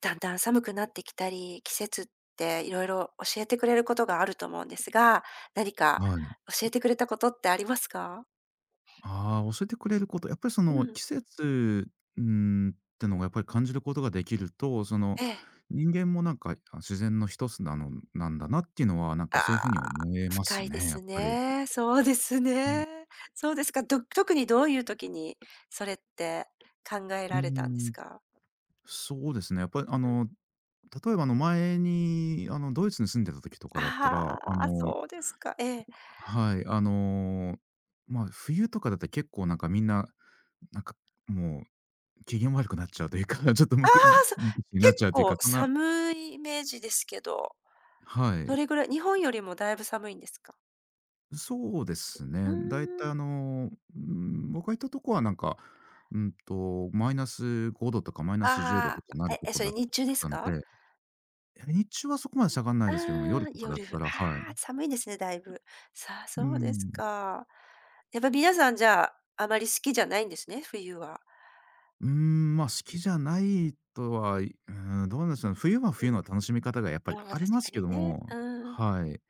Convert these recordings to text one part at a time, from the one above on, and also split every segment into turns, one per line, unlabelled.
だんだん寒くなってきたり、季節っていろいろ教えてくれることがあると思うんですが、何か
はい。
教えてくれたことってありますか？
ああ、教えてくれること、やっぱりそ
う
の
ん。
季節、ってのがやっぱり感じることができると、その
ええ。
人間もなんか、あ、自然の一つなのなんだなっていうのは、なん
あ
か
あ、
そういう風に思えます
深いで
ね、やっ
す
ぱり。
ね。そうです
うん。
ね。そうですか。特にどういう時にそれって考え
うー
られたんです
ん、
か？
そうですね。やっぱり例えば前にドイツに住んでた時とかだったら、
ああ、そうですか。ええ。あ
はい、あの、まあ、冬とかだったら結構なんかみんな、なんかもう機嫌悪くなっちゃうというか、ちょっとむく
あ、そう。
無口にな
結
っちゃうというか、
構
そんな
寒いイメージですけど、
は
ど
い。
れぐらい日本よりもだいぶ寒いんですか？
そうです
う
ね。だいた
ー
い
ん。
僕が行ったとこはなんか、うんと、マイナス5度とかマイナス10度と
あ
かな
あ、
るとこ
そ
だ
れ
っ
日中です
たの
か？
で、日中はそこまで下がらない
あ
ですけども、夜
あ、
とかだっ
夜、
たらはい。
ああ、寒いですね、だいぶ。さあ、
う
そうです
ん。
か。やっぱ皆さんじゃあ、あまり好きじゃないんですね、冬は。
ま、好きじゃないとはいうん、どうなんでしょうね。冬は
う
冬
ん。
の楽しみ方がやっぱり
ああ、ま、
あ
確
ります
か
け
に
ど
ね。
も、
うん。
はい。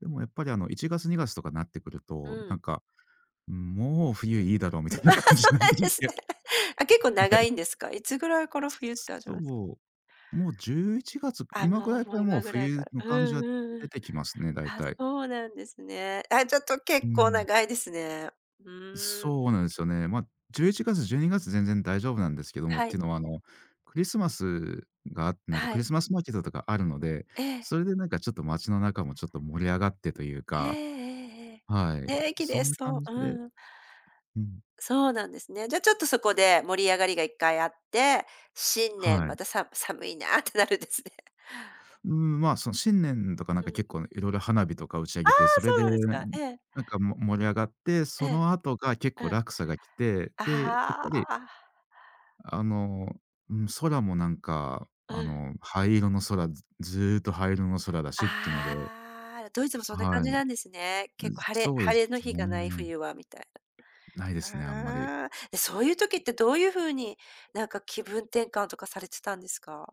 でもやっぱり1月2月とかなってくると、
うん。
もう冬いいだろうみたい
あ
な
あ、そ
感
う
じになっ
な
て
んで
き
すね。
て
あ、結構
は
長
い。
いんですか？いつぐらいから冬って始まるんすか？
そう。もう11月、
あ、
今ぐら
も
い
うも
か
う
らもう
今ぐらいか
冬
ら。
の
う
感じ
ん
は
うんう
出
ん。
てきますね、大
あ、
体。
そうなんですね。あ、ちょっと
う
結構
ん。
長いですね。うーん。
そうなんですよね。まあ、11月、12月全然大丈夫なんですけども、っ
は
てい
い、
うのはクリスマスがあって、なんか
は
クリ
い。
スマスマーケットとかあるので、
ええ。
それでなんかちょっと街の中もちょっと盛り上がってという
ええ
か、
ええええ。
はい、
ね、綺
そ
麗
んな
そう。
感じ
う
で
んうん。
うん、
そうなんですね。じゃあちょっとそこで盛り上がりが一回あって、新年
は
ま
い。
た寒いなってなるんですね。
うん、まあ、その新年とかなん
う
か
ん。
結
あ
構いろいろ花火とか打ち上げて、そ
あ、
れ
そう
で、
なんですか。ええ、
なんかも盛り上がって、
え
そ
え、
の後が結構
うん。
落差が来て、で、やっぱり
ああ、
あの、うん、空もなんか、
うん。
灰色の空、ずずーっと灰色の空だしっていうので、
ああ、ドイツもそんな感
は
じ
い。
なんですね。結構晴れ
そうで
晴れの
す
日がない
ね。
冬はみたい
ないですね、あんまり。
な。ああ、で、そういう時ってどういう風に、なんか気分転換とかされてたんですか？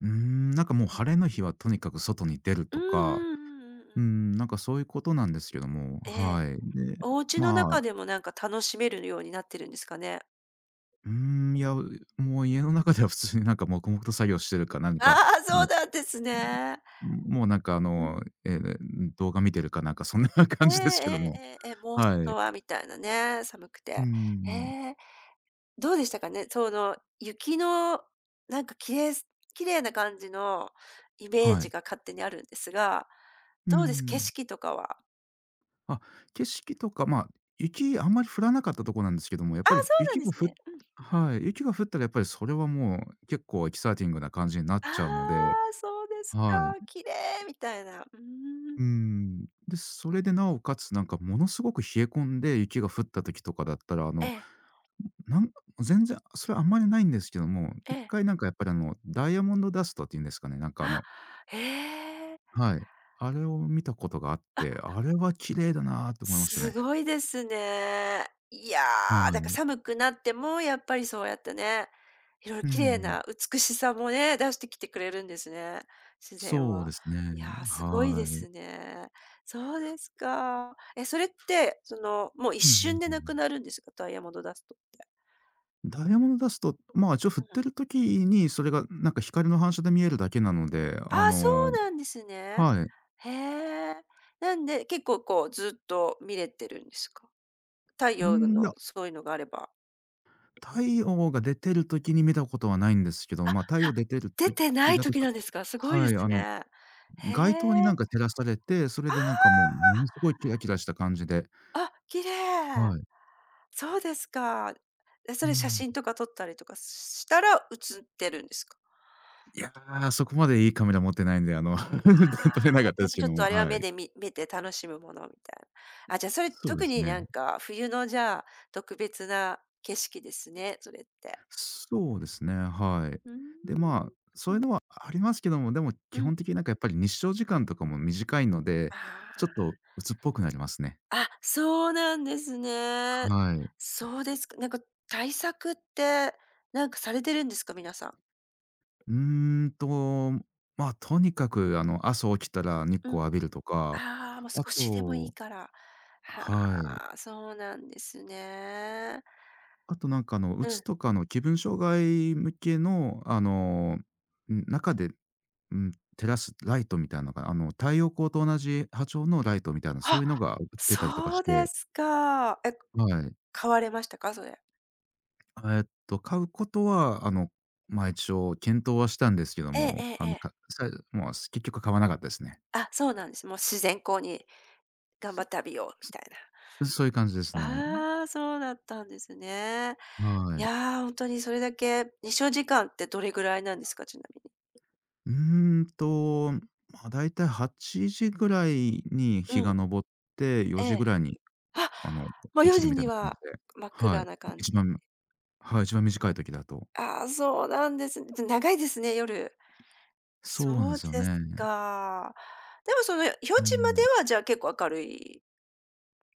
なんかもう晴れの日はとにかく外に出る
う
と
んうんう
か、
んうんう
う
ん。
ん、なんかそういうことなんですけども、
ええ、
はい。で、
お家の
まあ
中でもなんか楽しめるようになってるんですかね？
うーいや、もう家の中では普通になんか黙々と作業してるか何か、
ああ、
も
そう
う
なんですね。
もうなんかあ
うん。
の、ええ、動画見てるかなんかそんな
え
感
え
じですけど
え
も。
えええええ、もう
は
外
い。
はみたいなね、寒く
うー
て。え
ん。
え、どうでしたかね？その雪のなんかきれいす綺麗な感じのイメー
は
ジ
い。
が勝手にあるんですが、
うー
どうです？景
ん。
色とかは。
あ、景色とか、ま、雪あんまり降らなかったとこなんですけども、やっ
あ
ぱり
あ、そうな
雪
んで
が
す
ふ
ね。うん。
はい、雪が降ったらやっぱりそれはもう結構エキサイティングな感じになっ
あ
ちゃうので、
あ、そうです
は
か。
い。
綺麗みたいな。うーん。
うーん。で、それでなおかつなんかものすごく冷え込んで雪が降った時とかだったら、あ
え
の
え、
なん全然、それあんまりないんですけども、
え
一
え。
回なんかやっぱりダイヤモンドダストっていうんですかね、
あ、へえ。あ、
はい。あれを見たことがあって、あれは綺麗だなと思いました
す
ね。
ごいですね。いや
は
ー、だから
い。
寒くなってもやっぱりそうやってね、いろいろ
う
綺麗
ん。
な美しさもね、出してきてくれるんですね、自然
そうで
は。
すね。
いやー、すごい
は
で
い。
すね。そうですか。え、それって、その、もう一
うんう
瞬
ん
で
う
なく
ん。
なるんですか？ダイヤモンドダストって。
ダイヤモンドダスト、まあ、一応振っ
うん。
てる時に、それがなんか光の反射で見えるだけなので、
あ、そうなんですね。
はい。
へえ。なんで、結構こうずっと見れてるんですか？太
う
陽
ん、い
の
や、
そういうのがあれば。
太陽が出てる時に見たことはないんですけど、まあ、太陽出てる
出
時
てない
だとち
時
ょっ
なんですか？すごいで
はい、
すね。へ
街灯にな
え。
んか照らされて、それでなんかもう、
あ
ものすごいキラキラした感じで、
あ！あ、綺麗。
はい。
そうですか。え、そ
う
れ写
ん。
真とか撮ったりとかしたら写ってるんですか？
いや、そこまでいいカメラ持ってないんで、あの、
あ
撮れ
あ、
なかったで
やっ
す
ぱ
け
ちょ
ど
っと
も、
あれは
は
目
い。
で見て楽しむものみたいな。あ、じゃ、それ
そうで
特
す
にな
ね。
んか冬のじゃあ、特別な景色ですね、それって。
そうですね、はい。
うー
で、ま
ん。
あ、そう
う
いう
ん、
のはありますけども、でも基
うん。
本的になんかやっぱり日照時間とかも短いので、
あ
ちょっ
あ。
と鬱っぽくなりますね。
あ、そうなんですね。
はい。
そうですか。なんか対策って、なんかされてるんですか？皆さん。
うーんと、まあ、とにかく朝起きたら日
う
光
ん。
浴びるとか、
ああ、もう
あ
少しでもいい
と
から。
はい。
はあ、そうなんですね。
あとなんかう
う
つ
ん。
とかの気分障害向けのあの、うん、中で、うん、照らすライトみたいなのが、あの、太陽光と同じ波長のライトみたいな、そう
あ、
いうのが売ってたりとか
そ
し
うで
て、
すか。え、
はい。
買われましたか？それ。
えっと、買うことはま、一応検討はしたんですけど
えええ
も、
えええ。
もう結局買わなかったですね。
あ、そうなんです。もう自然光に頑
す
張って浴びようみたい
す
な。
そういう感じですね。
ああ、そうだったんですね。い
はい。
やー、本当にそれだけ日照時間ってどれぐらいなんですか？ちなみに。
うーんと、まあ、だいたい8時ぐらいに
う
日が
ん。
昇って、4
え
時
え。
ぐらいに
あ、
あの、
もう
落
4
ちる
時
みたい
に
な感じ
は
で。
真っ
は
暗
い。
な感
一
じ。
番はい、一番短い時だと。
ああ、そうなんですね。じゃ長いですね、夜。
そうなんで
そう
すよ
で
ね。
すか。でもその夜
う
ちまで
ん。
はじゃあ結構明るい。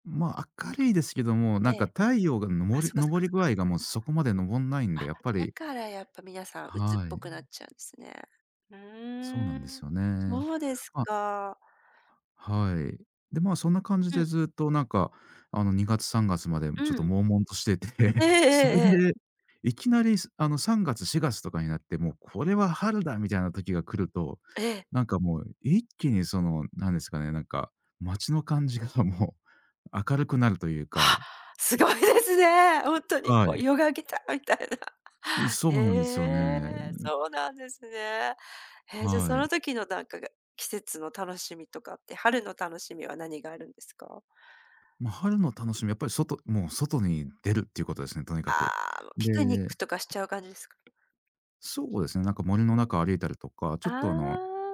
まあ、明るいですけども、なん
え
か
え。
太陽が昇
あ、
り
そっかそっ
昇
か
り
そっ
具合が
か。
もうそこまで昇んないん
あ、
で、やっぱ
だ
り
からやっぱ皆さん鬱っ
は
ぽ
い、
くなっちゃうんですね。う
そうなんで
ー
す
ん。
よね。
そうです
ま
か。
はい。で、まあ、そんな感じ
う
で
ん、
ずっとなんか、2月3月まで
う
ちょっと
ん。
悶々としてて、
ええ
それ
えええ
で、
え。
いきなり、3月4月とかになって、もうこれは春だみたいな時が来ると、
ええ。
なんかもう一気にその、なんですかね、なんか、街の感じがもう 明るくなるという
あ、
か、
すごいですね。ほんとに
は
こう
い。
ヨガギターみたいな。
そうなんですよ
え
ね。
え、そうなんですね。え、じゃ、そ
は
の
い。
時のなんかが季節の楽しみとかって、春の楽しみは何があるんですか？
まあ、春の楽しみ、やっぱり外もう外に出るっていうことですね、とにかく。
ああ、もうピクニッ
で
クとかしちゃう感じですか？
そうですね、なんか森の
う
中歩いたりとか、ちょ
ん。
っと
あ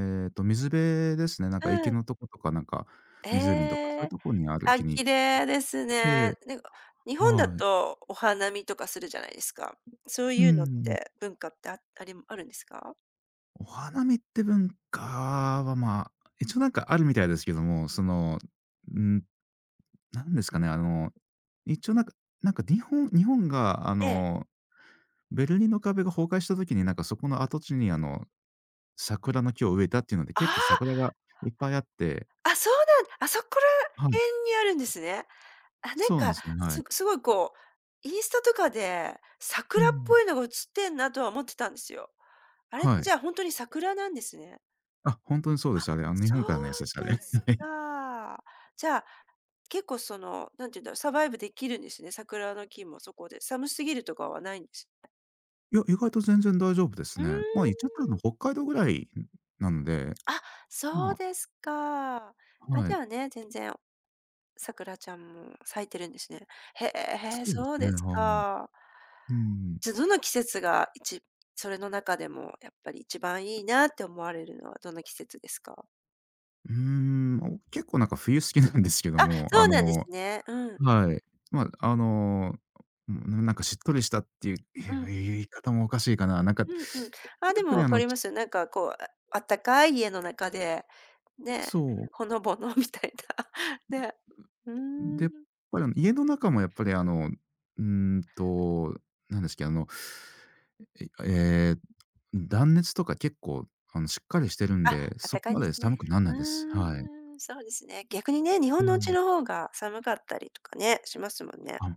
あ。
っと、水辺ですね、なんか池
うん。
のとことか、なんか
え
湖とか、そういう
え。
とこに歩
あ、
きに行
綺
っ
麗です
て
ね。なんか日本だ
はい。
とお花見とかするじゃないですか。そう
う
いうのっ
ん。
て、文化ってあありあるんですか？
お花見って文化は、まあ、一応なんかあるみたいですけども、その、うん、なんですかね、あの、一応なんかなんか日本が
ええ。
ベルリンの壁が崩壊した時に、なんかそこの跡地に桜の木を植えたっていうので、
あ
結構
あ。
桜がいっぱいあって
あ、そうなんあそこ
はい。
ら辺にあるんですね。あ、なん
そうなんで
か、
すね、はい。
すごいこう、インスタとかで
う
桜っ
ん。
ぽいのが写ってんなとは思ってたんですよ。あれっ
は
てじ
い。
ゃあほんとに桜なんですね。
あ、ほんとにそうで
あ、
す、あれ、あの、日
そ
本からのやつ
う
です、あれ。
で
は
す
い。
か。じゃあ、結構その、何て言うんだろう、サバイブできるんですね、桜の木もそこで。寒すぎるとかはないんです。
いや、意外と全然大丈夫です
うー
ね。まあ、言っ
ん、
ちゃったの北海道ぐらいなので、
あ、そう
ま
ですか。あ、
あ、は
じ
い。
ゃあね、全然桜ちゃんも咲いてるんですね。へえ、へえ、
そうで
そう
す
で
ね、
す
はい。
か。
うん。
じゃ、どの季節がそれの中でもやっぱり一番いいなって思われるのはどの季節ですか？
結構なんか冬好きなんですけど
あ、
も、
そ
あ
うなんで
の
すね。うん。
はい。ま、なんかしっとりしたっていう、
うん。
言い方もおかしいかな。なんか、
うんうん。あ、
や
で
っぱ
も
り
分
あ
か
の
ります。なんかこう、あったかい家の中で、ね、
そう。
ほのぼのみたいな、ね。うー
で、やっ
ん。
ぱり家の中もやっぱりあの、うーんと、なんですけど、あの、えええ、断熱とか結構しっかりしてるん
あ、
で、
あっ
そ
た
こ
かい
ま
で
で
す
寒
ね。
くなんないです。はい。
うーん、そうですね。逆にね、日
う
本のお家
ん。
の方が寒かったりとかね、しますもんね。
あ、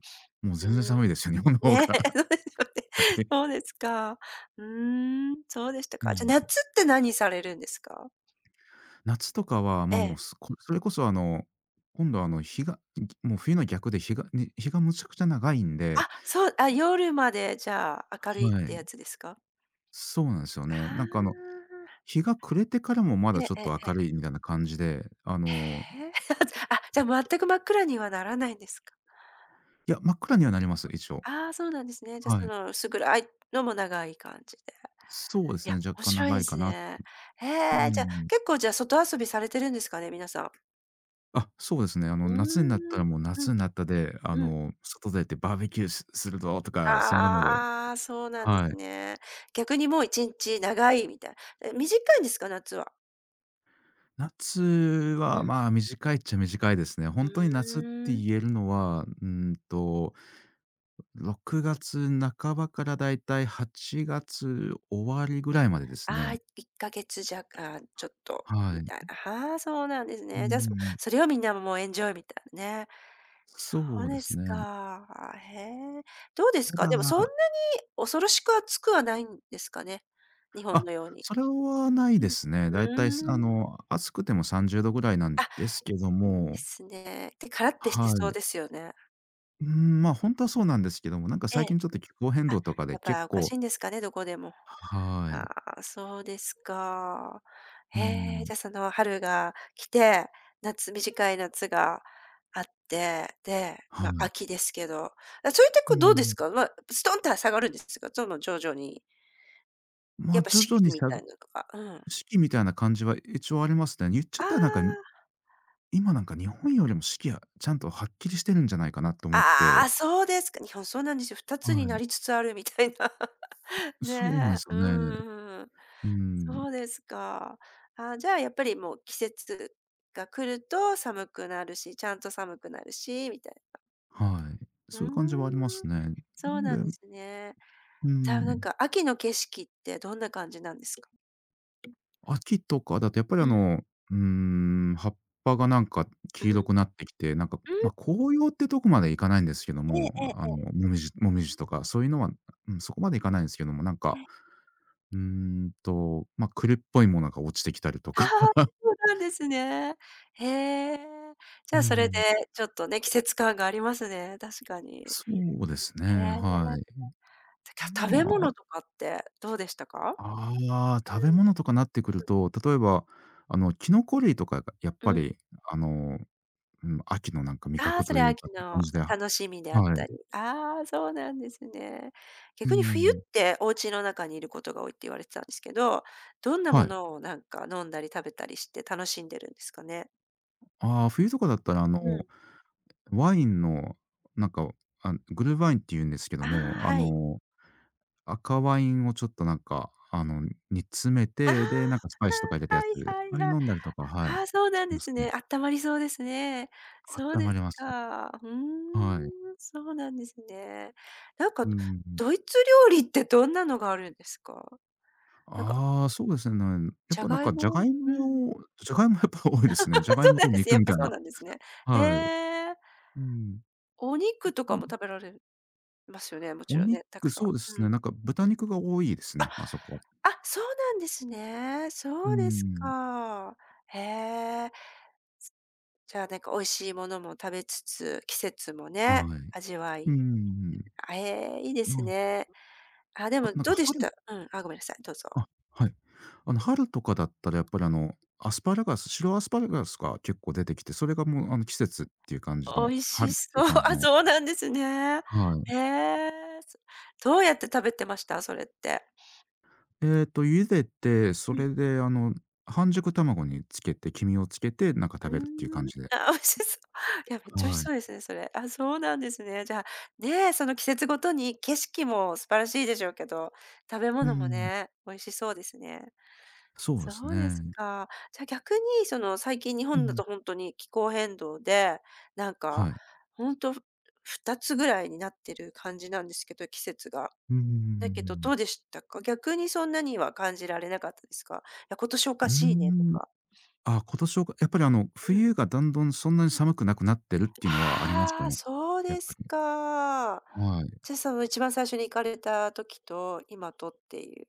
もう
うー
全然
ん、
寒いですよ、日本の方
ね、
が。
そうですよね。
はい。
そうですか。うーん、そうでした
う
か。じゃ、
ん。
夏って何されるんですか？
夏とかは、
え
ま、もう
え。
すこそれこそあの、今度あの、日がもう冬の逆で日がむちゃくちゃ長いんで、
あ、そう、あ、夜までじゃあ、明るいっ
は
てや
い。
つですか？
そうなんですよね。
ああ
なんか
ー。
日が暮れてからもまだ
え
ち
え
ょっ
ええ
と
え
明るい
え。
みたいな感じで、
へえ あ、じゃあ、全く真っ暗にはならないんですか？
いや、真っ暗にはなります、一応。
ああー、そうなんですね。じゃ、
は
そ
い。
の、薄暗いのも長い感じで。
そうで
い
す
や、
ね、若
面
干
白い
長
で
い
す
かなと。
ね。へ
う
え、じゃ、
ん。
結構じゃあ、外遊びされてるんですかね、皆さん。
あ、そうですね。あ
う
の、夏になった
ー
ら
ん。
もう
う
「夏
ん、
になった」で、あ
うん。
の、「外出てバーベキューすするぞ」とか、そんなので
ああ、そうなんで
はい。
すね。逆にもう1日長いみたいな。え、短いんですか？夏は。
夏
う
は、
ん。
まあ、短いっちゃ短いですね。
う
本当に夏って
ーん。
言えるのは、うーんと、6月半ばからだいたい8月終わりぐらいまでです
ああ、
ね。
1ヶ月弱、あ、ちょっと
は
み
い。
たいな。はあ、そうなんです
う
ね。じゃ、そ
ん。
それをみんなもうエンジョイみたいなね。そ
そ
う
うで
で
す
す
ね。
か。へえ。どうです
た
か？
だ
でもそんなに恐ろしく暑くはないんですかね？日本
あ、
のように。
それはな
う
いで
ん。
すね。だいたい、すあ
うーん。
の、暑くても30度ぐらいなん
あ、
ですけど
いいで
も、
すね。で、カラッてして
は
そう
い。
ですよね。
まあ、ほんとはそうなんですけども、なんか
え
最
え。
近ちょっと気候変動とかで
やっ
結
ぱおかし
構
いんですかね、どこでも。
は
あ
い。
あ、そうですか。
う
へえ、
ん、
じゃ、その春が来て、短い夏があって、で、
は
ま、あ
い。
秋ですけど、あ、それって
う
こうどうです
ん。
か？まあ、ストンと下がるんですか？その徐々に。
ま
やっ
あ、
ぱ
徐
四
々に
季みたいなのとかうん。
四季みたいな感じは一応ありますね。言っちゃ
あ
ったらなんか、
あ、
今なんか日本よりも四季はちゃんとはっきりしてるんじゃないかなと思っ
あ
て。
あ、そうですか。日本そうなんですよ。二つに
は
な
い。
りつつあるみたいな。
そうなん
ね
す
え、
よ
うん
ね。
うんうん。
うん、
そうですか。あ、じゃあやっぱりもう季節が来ると寒くなるし、ちゃんと寒くなるし、みたいな。
はい。
うー
そういう感じはありま
ん、
すね。
そう
で、
なんですね。
う
じゃあなん
ん。
か秋の景色ってどんな感じなんですか？
秋とかだとやっぱりあ
うん、
の、葉っぱがなんか
う
黄
ん。
色くなってきて、なんか、ま、
う
紅葉ってとこまでいかないんですけど
ん、え
も、
ええ
あ
え
の、もみじとかそういうのは、うん、そこまでいかないんですけども、なん
え
か、
え。
ま、栗っぽいものが落ちてきたりと
ああ、
か。
そうなんですね。へえ。じ
う
ゃあそれで
ん。
ちょっとね、季節感がありますね、確かに。へ
そうですね、
え。
はい。
てか食べ
ま
物
あ、
とかってどうでしたか？
食べ物とかなってく
う
る
ん、うん。
と、例えば、あの、キノコ類とかがやっ
う
ぱ
ん。
り、あの、うん、秋のなんか味
ああ、
覚
そ
と
れ
いう
秋
か、感
の
じでは
楽しみであっ
い。
たり。ああ、そうなんですね。
うー
逆に冬っ
ん。
てお家の中にいることが多いって言われてたんですけど、どんな
は
も
い。
のをなんか飲んだり食べたりして楽しんでるんですかね？
ああ、冬とかだったら、あ
う
の、
ん。
ワインの、なんか、グルーワインっていうんですけど
あ
も、
あ、
あ
はい。
の、赤ワインをちょっとなんか、あの、煮詰め
ああ、
て、で、なんかスパイスとか入れたやつ、
はいは
あ
い
れ
は
飲
い。
んだりとか、はい、
ああ、そう
し
なんで
ます
す
ね。
ね。あったまりそうですね。
あっ
そう
た
で
ま
す
ります。
か。うー
はい。
ん、そうなんですね。なんか
うん。
ドイツ料理ってどんなのがあるんですか？なんか、
ああ、そうですね。やっ
じゃ
ぱなん
がい
かジャ
も、
ガイ
うん。
モ、やっぱ多いです
あ、
ね。ジャガイ
そ
モ
うな
と
んです。
肉
やっ
みた
ぱ
い
そう
な。
なんですね。へ
はい。
え。
うん。
お肉とかも
ま
食べられますよね、もち
お
ろん
肉、
ね、たくさん。
そうで
う
すね、
ん。
なんか豚
うん。
肉が多いですね、あそこ。
あ、そうなんですね。
う
そうです
ん、
か。へえ。じゃあ、なんか美味しいものも食べつつ、季節も
は
ね、
い。
味わ
うー
い、
ん。
あ、ええ、いいで
ま
す
あ、
ね。あ、で
あ
も
となん
ど
か
うでし
春、
た、うん、あ、ごめんなさい、どうぞ。
あ、はい。あの、春とかだったらやっぱりあの、アスパラガス、白アスパラガスが結構出てきて、それがもうあの、季節っていう感じの、
美味
春
し
っ
そ
ていう
う。
感 じ
あ、
の
そうなんですね。
はい。
へえ。そどうやって食べてました？それって。
茹でて、そ
うん。
れであの、半熟卵につけて、黄身をつけて、なんか
う
食
ー
べるっていう感
ん、
じで。
あ、美味しそう。いや、めっちゃ美味し
はい。
そうですね、それ。あ、そうなんですね。じゃあ、ね、その季節ごとに景色も素晴らしいでしょうけど、食べ
うー
物も
ん。
ね、美味しそうですね。
そうで
そ
す
うです
ね。
か。じゃあ逆に、その、最近日
う
本だ
ん。
と本当に気候変動で、なん
は
か、
い。
本当ふ2つぐらいになってる感じなんですけど、季節が。
うんう
だけどど
ん。
うでしたか？逆にそんなには感じられなかったですか？いや、今年おか
うー
しいねと
ん。
か。
ああ、今年はやっぱりあの、
うん。
冬がだんどんそんなに寒くなくなってるっていうのはありました
はあ、
ね。
そう
やっ
で
ぱ
す
り。
か。
はい。
じゃあ、その一番最初に行かれた時と、今とっていう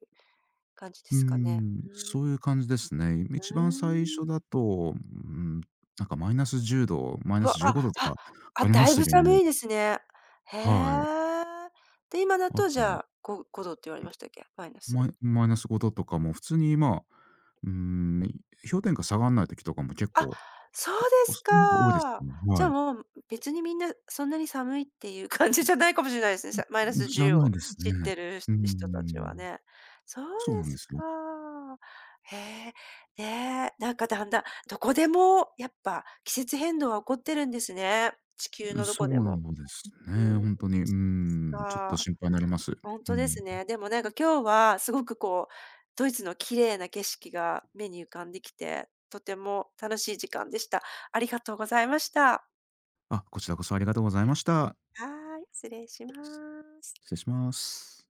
感じで
うー
すかね。
ん、
うん。
そういう感じですね。
う
一
ー
番最初
ん。
だと、うーん、なんかマイナス10度、マイ
う
ナ
わ、
ス15
あ、
度と
あ、
かあ
あ、
りま
だ
し
い
た
ぶ
けど
寒
も。
いですね。へ
はい。
え。で、今だ
あ
とじ
と、
ゃあ、5度って言われましたっけ？マイナス。
マイナス5度とかも普通にまあ、うーん、氷点下下がらない時とかも結
あ、
構、
そうです
そっちの方が多いです
か。
ね。
じ
は
ゃあ、
い。
もう別にみんなそんなに寒いっていう感じじゃないかもしれないですね。マイナス
じゃ
10
ない
を
です
知っ
ね。
てる
うー
人たち
ん、
はね。そう
そうな
で
ん
す
ですよ。
か。へえ、ね、なんかだんだん、どこでもやっぱ季節変動は起こってるんですね。地球のど
そ
こでも。
うです
う
ね、
ん、
本当に、う
そっ
ん、ちょっと
か。
心配になります。
本
う
当で
ん。
すね。でもなんか今日はすごくこう、ドイツの綺麗な景色が目に浮かんできて、とても楽しい時間でした。ありがとうございました。
あ、こちらこそありがとうございました。
はーい、失礼します。
失礼します。